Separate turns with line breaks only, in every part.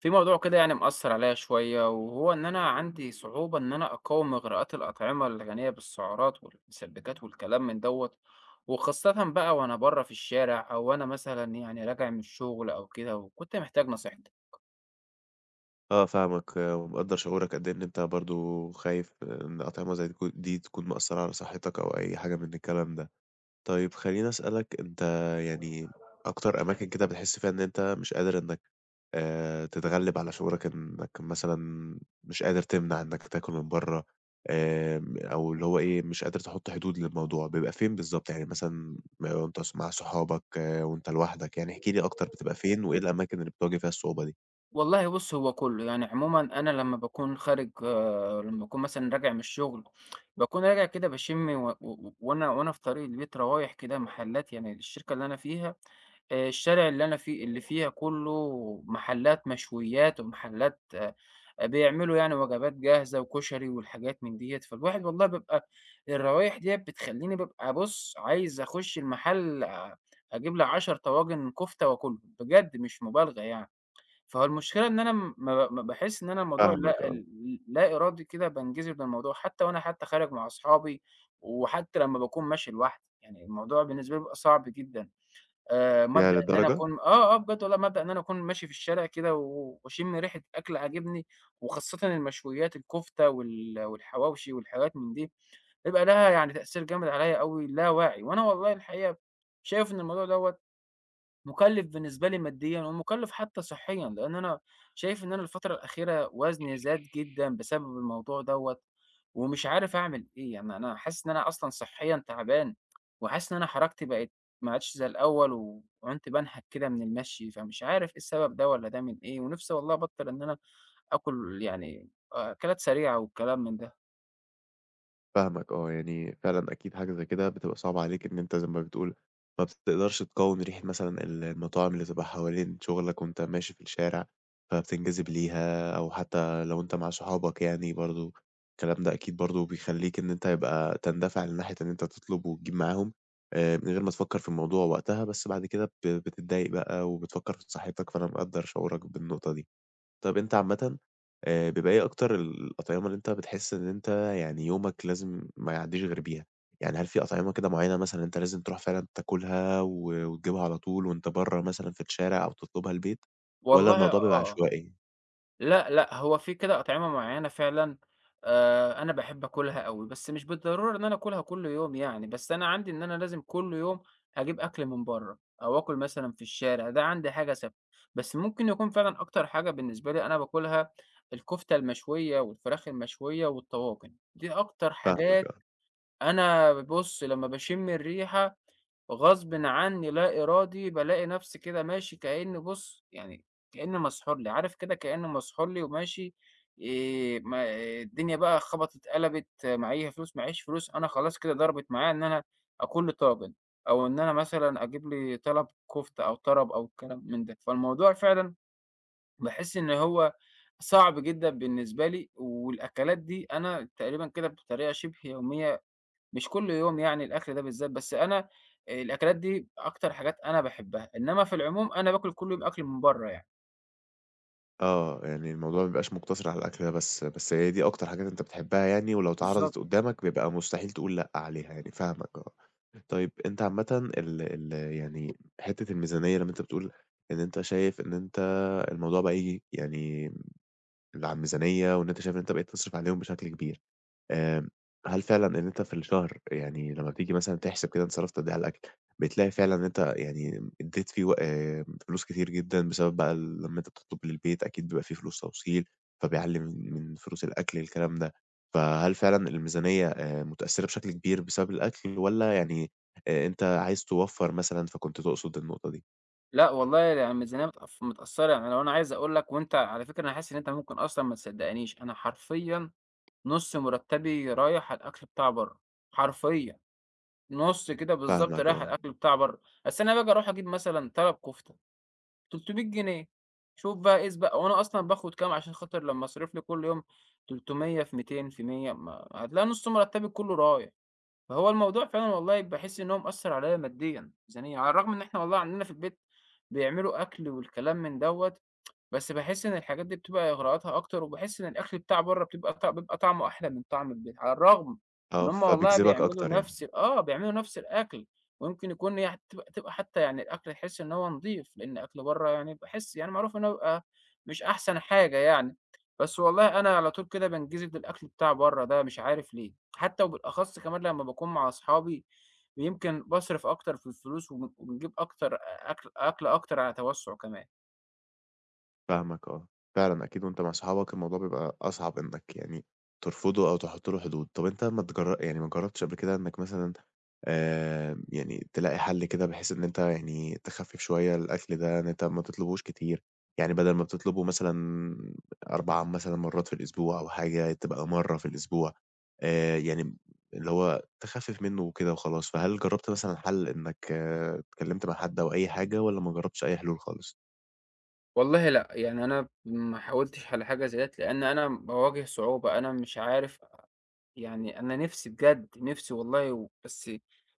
في موضوع كده مأثر عليا شوية، وهو إن أنا عندي صعوبة إن أنا أقاوم إغراءات الأطعمة الغنية بالسعرات والمسبكات والكلام من دوت، وخاصة بقى وأنا بره في الشارع، أو أنا مثلا يعني راجع من الشغل أو كده، وكنت محتاج نصيحتك.
آه فاهمك، آه، ومقدّر شعورك قد إيه إن أنت برضه خايف إن أطعمة زي دي تكون مأثّرة على صحتك أو أي حاجة من الكلام ده. طيب خلّيني أسألك أنت يعني أكتر أماكن كده بتحس فيها إن أنت مش قادر إنّك تتغلِّب على شعورك إنّك مثلًا مش قادر تمنع إنّك تاكل من برّه، أو اللي هو إيه، مش قادر تحُط حدود للموضوع، بيبقى فين بالضبط؟ يعني مثلًا وأنت مع صحابك، آه وأنت لوحدك، يعني احكِ لي أكتر بتبقى فين وإيه الأماكن اللي بتواجه فيها الصعوبة دي؟
والله بُص، هو كُلّه، يعني عمومًا أنا لمّا باكون خارج آه، لمّا باكون مثلًا راجع من الشغل، باكون راجع كده باشم و و وأنا وأنا في طريق البيت راوايح كده محلات، يعني الشركة اللي أنا فيها، الشارع اللي أنا فيه اللي فيها كُلّه محلات مشويات ومحلات، بيعملوا يعني وجبات جاهزة وكشري والحاجات من ديّة، فالواحد والله بيبقى الروايح ديّة بتخلّيني بابقى بُص، عايز أخُش المحل، أجيب لي 10 طواجن كفتة وآكلهم، بجد مش مبالغة يعني. فالمشكلة إن أنا م ما ب ما باحس إن أنا الموضوع
فاهمك
لا
آه.
ال لا إرادي، كده بانجذب للموضوع، حتى وأنا حتى خارج مع أصحابي، وحتى لمّا باكون ماشي لوحدي، يعني الموضوع بالنسبة لي بيبقى صعب جدًا.
ياه
مبدأ إن أنا
للدرجة!
أكون بجد والله مبدأ إن أنا أكون ماشي في الشارع كده واشم ريحة أكل عاجبني، وخاصةً المشويات، الكفتة والحواوشي والحاجات من دي، بيبقى لها يعني تأثير جامد عليَّ أوي لا واعي، وأنا والله الحقيقة شايف إن الموضوع دوّة مُكلِّف بالنسبة لي ماديًا، ومُكلِّف حتى صحيًا، لإن أنا شايف إن أنا الفترة الأخيرة وزني زاد جدًا بسبب الموضوع دوّة، ومش عارف أعمل إيه. يعني أنا حاسس إن أنا أصلًا صحيًا تعبان، وحاسس إن أنا حركتي بقت ما عادش زي الأول، وعنت بانهك كده من المشي، فمش عارف إيه السبب ده والّا ده من إيه، ونِفسي والله أبطّل إن أنا آكل يعني، أكلات سريعة والكلام من ده.
فاهمك آه، يعني فعلًا أكيد حاجة زي كده بتبقى صعبة عليك إن أنت زي ما بتقول ما بتقدرش تقاوم ريحة مثلًا المطاعم اللي تبقى حوالين شغلك وأنت ماشي في الشارع، فبتنجذب ليها أو حتى لو أنت مع صحابك يعني برضه الكلام ده أكيد برضه بيخلّيك إن أنت يبقى تندفع لناحية إن أنت تطلب وتجيب معاهم، من غير ما تفكّر في الموضوع وقتها، بس بعد كده بتتضايق بقى وبتفكّر في صحتك، فأنا مقدّر شعورك بالنقطة دي. طب أنت عامةً بيبقى إيه أكتر الأطعمة اللي أنت بتحس إن أنت يعني يومك لازم ما يعدّيش غير بيها؟ يعني هل في أطعمة كده معيّنة مثلًا أنت لازم تروح فعلًا تاكلها وتجيبها على طول وأنت برّه مثلًا في الشارع أو تطلبها البيت والّا
والله
الموضوع بيبقى
آه.
عشوائي؟
لأ، لأ، هو في كده أطعمة معيّنة فعلًا، أنا باحب آكلها أوي، بس مش بالضرورة إن أنا آكلها كل يوم يعني، بس أنا عندي إن أنا لازم كل يوم أجيب أكل من برّه، أو آكل مثلًا في الشارع. ده عندي حاجة ثابتة. بس ممكن يكون فعلًا أكتر حاجة بالنسبة لي أنا باكلها الكفتة المشوية، والفراخ المشوية، والطواجن، دي أكتر حاجات.
فاهمك
أنا بُص، لمّا باشم الريحة غصبٍ عني لا إرادي بالاقي نفسي كده ماشي كأني بُص، يعني كأني مسحور لي، عارف كده كأني مسحور لي وماشي. ما إيه، الدنيا بقى خبطت قلبت، معايا فلوس، معييش فلوس، أنا خلاص كده ضربت معايا إن أنا أكون لي طاجن، أو إن أنا مثلًا أجيب لي طلب كفتة أو طرب أو الكلام من ده. فالموضوع فعلًا باحس إن هو صعب جدًا بالنسبة لي، والأكلات دي أنا تقريبا كده بطريقة شبه يومية، مش كل يوم يعني الأكل ده بالذات، بس أنا الأكلات دي أكتر حاجات أنا باحبها، إنما في العموم أنا باكل كل يوم أكل من برّه يعني.
آه، يعني الموضوع ما بيبقاش مُقتصِر على الأكل ده بس، بس هي دي أكتر حاجات أنت بتحبّها يعني ولو
بالضبط.
اتعرضت قُدّامك بيبقى مستحيل تقول لأ عليها يعني، فاهمك آه. طيب أنت عامةً ال ال يعني حتّة الميزانية لمّا أنت بتقول إن أنت شايف إن أنت الموضوع بقى ييجي يعني على الميزانية وإن أنت شايف إن أنت بقيت تصرِف عليهم بشكل كبير. آمم، هل فعلًا إن أنت في الشهر يعني لمّا بتيجي مثلًا تحسب كده أنت صرفت قد إيه على الأكل، بتلاقي فعلًا إن أنت يعني ادّيت فيه و فلوس كتير جدًا بسبب بقى لمّا أنت بتطلب للبيت أكيد بيبقى في فلوس توصيل، فبيعلّي من فلوس الأكل الكلام ده، فهل فعلًا الميزانية متأثرة بشكل كبير بسبب الأكل والّا يعني أنت عايز توفّر مثلًا فكنت تقصد النقطة دي؟
لأ والله، يعني الميزانية متقف متأثرة، يعني لو أنا عايز أقول لك، وأنت على فكرة أنا حاسس إن أنت ممكن أصلًا ما تصدقنيش، أنا حرفيًا نُص مرتبي رايح على الأكل بتاع برّه، حرفيًا نُص كده بالضبط
فاهمك
رايح على
آه،
الأكل بتاع برّه. أصل أنا باجي أروح أجيب مثلًا طلب كفتة 300 جنيه، شوف بقى قيس بقى، هو أنا أصلًا باخد كام؟ عشان خاطر لمّا أصرف لي كل يوم 300 في 200 في 100 ما هتلاقي نُص مرتبي كله رايح، فهو الموضوع فعلًا والله باحس إن هو مأثّر عليّا ماديًا، ميزانية، على الرغم إن إحنا والله عندنا في البيت بيعملوا أكل والكلام من دوّة، بس باحس إن الحاجات دي بتبقى إغراءاتها أكتر، وباحس إن الأكل بتاع برّه بتبقى ط بيبقى طعمه أحلى من طعم البيت، على الرغم إن
آه،
هم والله
فبيجذبك
بيعملوا
أكتر يعني.
نفس، بيعملوا نفس الأكل، ويمكن يكون هي تبقى حتى يعني الأكل تحس إن هو نضيف، لإن أكل برّه يعني باحس، يعني معروف إن هو بيبقى مش أحسن حاجة يعني، بس والله أنا على طول كده بانجذب للأكل بتاع برّه ده، مش عارف ليه، حتى وبالأخص كمان لمّا باكون مع أصحابي يمكن باصرف أكتر في الفلوس، وبنجيب أكتر أكل أكتر على توسُّع كمان.
فاهمك آه، فعلًا أكيد وأنت مع صحابك الموضوع بيبقى أصعب إنك يعني ترفضه أو تحط له حدود. طب أنت ما يعني ما جرّبتش قبل كده إنك مثلًا يعني تلاقي حل كده بحيث إن أنت يعني تخفِّف شوية الأكل ده، إن أنت ما تطلبهوش كتير، يعني بدل ما بتطلبه مثلًا 4 مثلًا مرات في الأسبوع أو حاجة، تبقى مرّة في الأسبوع، يعني اللي هو تخفِّف منه وكده وخلاص. فهل جرّبت مثلًا حل إنك اتكلمت مع حد أو أي حاجة والّا ما جرّبتش أي حلول خالص؟
والله لأ، يعني أنا ما حاولتش على حاجة زي ديّة، لأن أنا باواجه صعوبة، أنا مش عارف يعني، أنا نِفْسي بجد، نِفْسي والله و بس،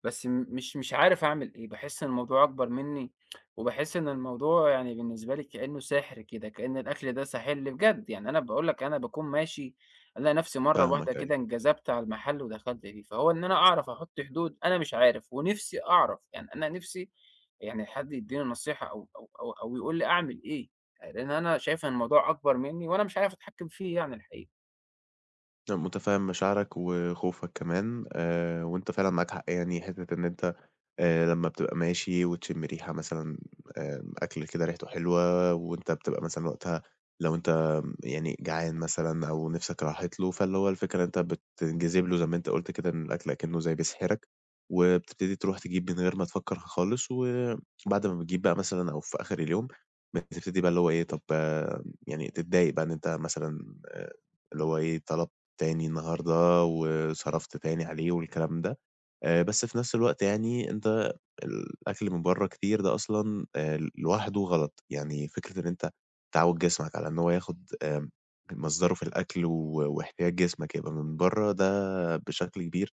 بس م مش مش عارف أعمل إيه، باحس إن الموضوع أكبر منّي، وباحس إن الموضوع يعني بالنسبة لي كإنّه سِحر كده، كإن الأكل ده ساحر لي بجد، يعني أنا باقول لك أنا باكون ماشي ألاقي نَفْسي مرّة واحدة
فاهمك
كده
أيوه.
انجذبت على المحل ودخلت فيه، فهو إن أنا أعرف أحُط حدود أنا مش عارف، ونِفْسي أعرف، يعني أنا نِفْسي يعني حد يدّيني نصيحة أو يقول لي أعمل إيه، لإن أنا شايف إن الموضوع أكبر منّي وأنا مش عارف أتحكّم فيه يعني الحقيقة.
أنا متفهم مشاعرك وخوفك كمان وانت فعلا معاك حق يعني حتة ان انت لما بتبقى ماشي وتشم ريحة مثلا اكل كده ريحته حلوة وانت بتبقى مثلا وقتها لو انت يعني جعان مثلا او نفسك راحت له فاللي هو الفكرة انت بتنجذب له زي ما انت قلت كده ان الاكل اكنه زي بيسحرك، وبتبتدي تروح تجيب من غير ما تفكر خالص وبعد ما بتجيب بقى مثلا او في اخر اليوم بتبتدي بقى اللي هو ايه، طب يعني تتضايق بقى ان انت مثلا آه، اللي هو ايه طلبت تاني النهارده، وصرفت تاني عليه والكلام ده، بس في نفس الوقت يعني أنت الأكل من برّه كتير ده أصلًا لوحده غلط، يعني فكرة إن أنت تعوّد جسمك على إن هو ياخد مصدره في الأكل واحتياج جسمك يبقى من برّه ده بشكل كبير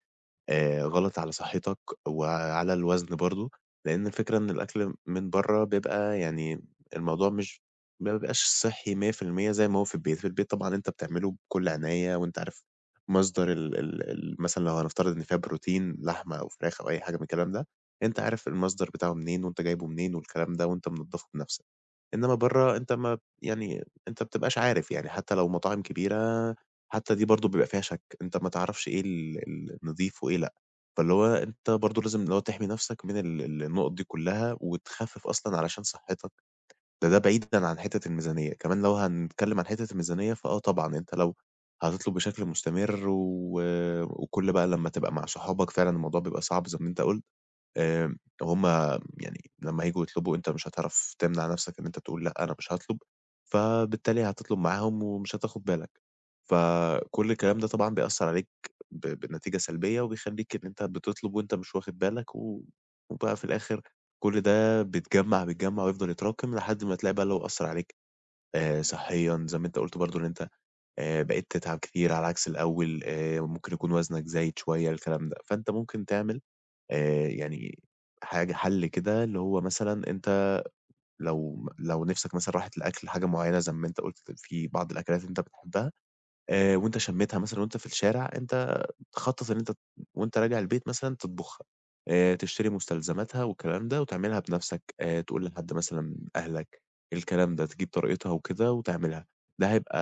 غلط على صحتك وعلى الوزن برضه، لإن الفكرة إن الأكل من برّه بيبقى يعني الموضوع مش ما بيبقاش صحّي 100% زي ما هو في البيت، في البيت طبعًا أنت بتعمله بكل عناية وأنت عارف مصدر ال ال ال مثلًا لو هنفترض إن فيها بروتين لحمة أو فراخ أو أي حاجة من الكلام ده، أنت عارف المصدر بتاعه منين وأنت جايبه منين والكلام ده وأنت منضّفه بنَفْسك. إنما برّه أنت ما يعني أنت ما بتبقاش عارف، يعني حتى لو مطاعم كبيرة، حتى دي برضه بيبقى فيها شَك، أنت ما تعرفش إيه ال ال نضيف وإيه لأ، فاللي هو أنت برضه لازم اللي هو تحمي نَفْسك من ال ال النُقط دي كلّها وتخفِّف أصلًا علشان صحّتك، ده بعيدًا عن حتّة الميزانية، كمان لو هنتكلّم عن حتّة الميزانية فآه طبعًا، أنت لو هتطلب بشكل مستمر وكل بقى لمّا تبقى مع صحابك فعلًا الموضوع بيبقى صعب زي ما أنت قُلت. آآ هُم يعني لمّا هييجوا يطلبوا أنت مش هتعرف تمنع نَفْسك إن أنت تقول لأ أنا مش هاطلب، فبالتالي هتطلب معاهم ومش هتاخد بالك. فكل الكلام ده طبعًا بيأثّر عليك بنتيجة سلبية وبيخلّيك إن أنت بتطلب وأنت مش واخد بالك وبقى في الآخر كل ده بيتجمّع، بيتجمّع ويفضل يتراكم لحد ما تلاقي بقى اللي هو أثّر عليك صحيًا زي ما أنت قُلت برضه إن أنت بقيت تتعب كتير على عكس الأول، ممكن يكون وزنك زايد شوية الكلام ده. فأنت ممكن تعمل يعني حاجة حَل كده اللي هو مثلًا أنت لو نِفْسك مثلًا راحت لأكل حاجة معيّنة زي ما أنت قُلت في بعض الأكلات أنت بتحبها، وأنت شمّيتها مثلًا وأنت في الشارع، أنت تخطّط إن أنت وأنت راجع البيت مثلًا تطبخها، تشتري مستلزماتها والكلام ده وتعملها بنَفْسك، تقول لحد مثلًا أهلك الكلام ده، تجيب طريقتها وكده وتعملها. ده هيبقى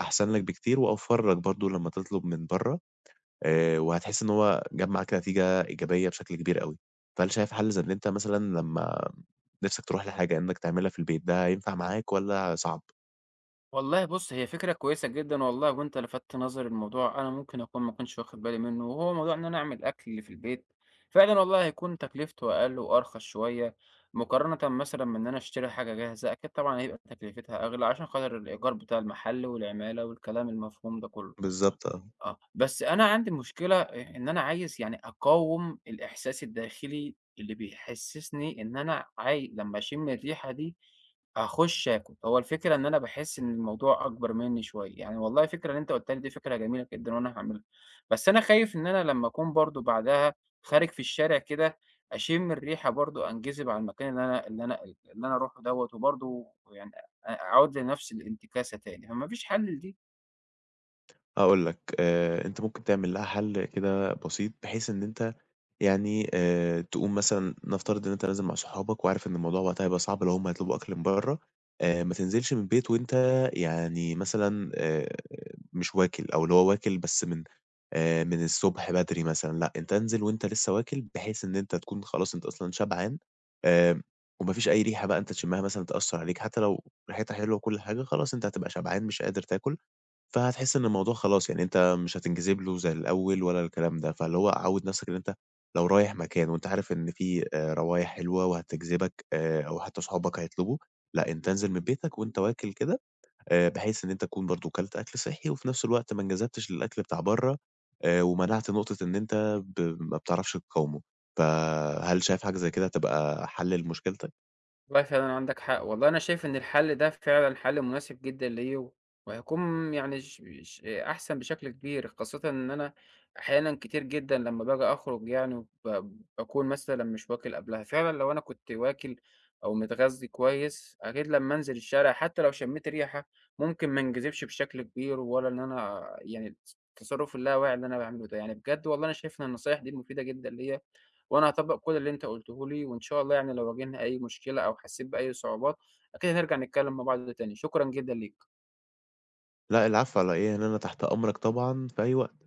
أحسن لك بكتير وأوفَّر لك برضه لمّا تطلب من برّه، وهتحس إن هو جمّع كده نتيجة إيجابية بشكل كبير أوي. فهل شايف حل زي إن أنت مثلًا لمّا نِفْسك تروح لحاجة إنّك تعملها في البيت، ده هينفع معاك والّا صعب؟
والله بُص، هي فكرة كويسة جدًا والله، وأنت لفتت نظري لموضوع أنا ممكن أكون ما كنتش واخد بالي منه، وهو موضوع إن أنا أعمل أكل اللي في البيت، فعلًا والله هيكون تكلفته أقل وأرخص شوية، مقارنةً مثلًا بإن أنا أشتري حاجة جاهزة، أكيد طبعًا هيبقى تكلفتها أغلى عشان خاطر الإيجار بتاع المحل والعمالة والكلام المفهوم ده كله.
بالضبط آه.
آه، بس أنا عندي مشكلة إن أنا عايز يعني أقاوم الإحساس الداخلي اللي بيحسسني إن أنا عاي، لمّا أشم الريحة دي أخُش آكل، هو الفكرة إن أنا باحس إن الموضوع أكبر منّي شوية، يعني والله الفكرة اللي أنت قُلتها لي دي فكرة جميلة جدًا وأنا هاعملها، بس أنا خايف إن أنا لمّا أكون برضه بعدها خارج في الشارع كده أشم الريحة برضه أنجذب على المكان اللي أنا أروحه دوّة، وبرضه يعني أعود لنفس الانتكاسة تاني، فما فيش حل لدي.
هاقول لك، أنت ممكن تعمل لها حل كده بسيط بحيث إن أنت يعني تقوم مثلًا نفترض إن أنت نازل مع صحابك وعارف إن الموضوع وقتها هيبقى صعب لو هُم هيطلبوا أكل من برّه، ما تنزلش من البيت وأنت يعني مثلًا مش واكل، أو اللي هو واكل بس من الصبح بدري مثلًا، لأ أنت انزل وأنت لسه واكل، بحيث إن أنت تكون خلاص أنت أصلًا شبعان، آآ وما فيش أي ريحة بقى أنت تشمها مثلًا تأثّر عليك، حتى لو ريحتها حلوة وكل حاجة، خلاص أنت هتبقى شبعان مش قادر تاكل. فهتحس إن الموضوع خلاص يعني أنت مش هتنجذب له زي الأول ولا الكلام ده، فاللي هو عوّد نفسك إن أنت لو رايح مكان وأنت عارف إن في روايح حلوة وهتجذبك، أو حتى صحابك هيطلبوا، لأ أنت انزل من بيتك وأنت واكل كده، بحيث إن أنت تكون برضه كلت أكل صحّي وفي نفس الوقت ما انجذبتش للأكل بتاع برّه، ومنعت نقطة إن أنت ما بتعرفش تقاومه، فهل شايف حاجة زي كده هتبقى حل لمشكلتك؟
والله فعلًا عندك حق، والله أنا شايف إن الحل ده فعلًا حل مناسب جدًا ليّا، وهيكون يعني ش ش أحسن بشكل كبير، خاصةً إن أنا أحيانًا كتير جدًا لمّا باجي أخرج يعني باكون مثلًا مش واكل قبلها، فعلًا لو أنا كنت واكل أو متغذي كويس، أكيد لمّا أنزل الشارع حتى لو شميت ريحة ممكن ما انجذبش بشكل كبير، ولا إن أنا يعني التصرف اللاواعي اللي أنا باعمله ده، يعني بجد والله أنا شايف إن النصايح دي مفيدة جدًا ليّا. وأنا هاطبّق كل اللي أنت قُلته لي، وإن شاء الله يعني لو واجهنا أي مشكلة أو حسّيت بأي صعوبات، أكيد هنرجع نتكلّم مع بعض تاني، شكرًا جدًا ليك.
لأ العفو على إيه، يعني أنا تحت أمرك طبعًا في أي وقت.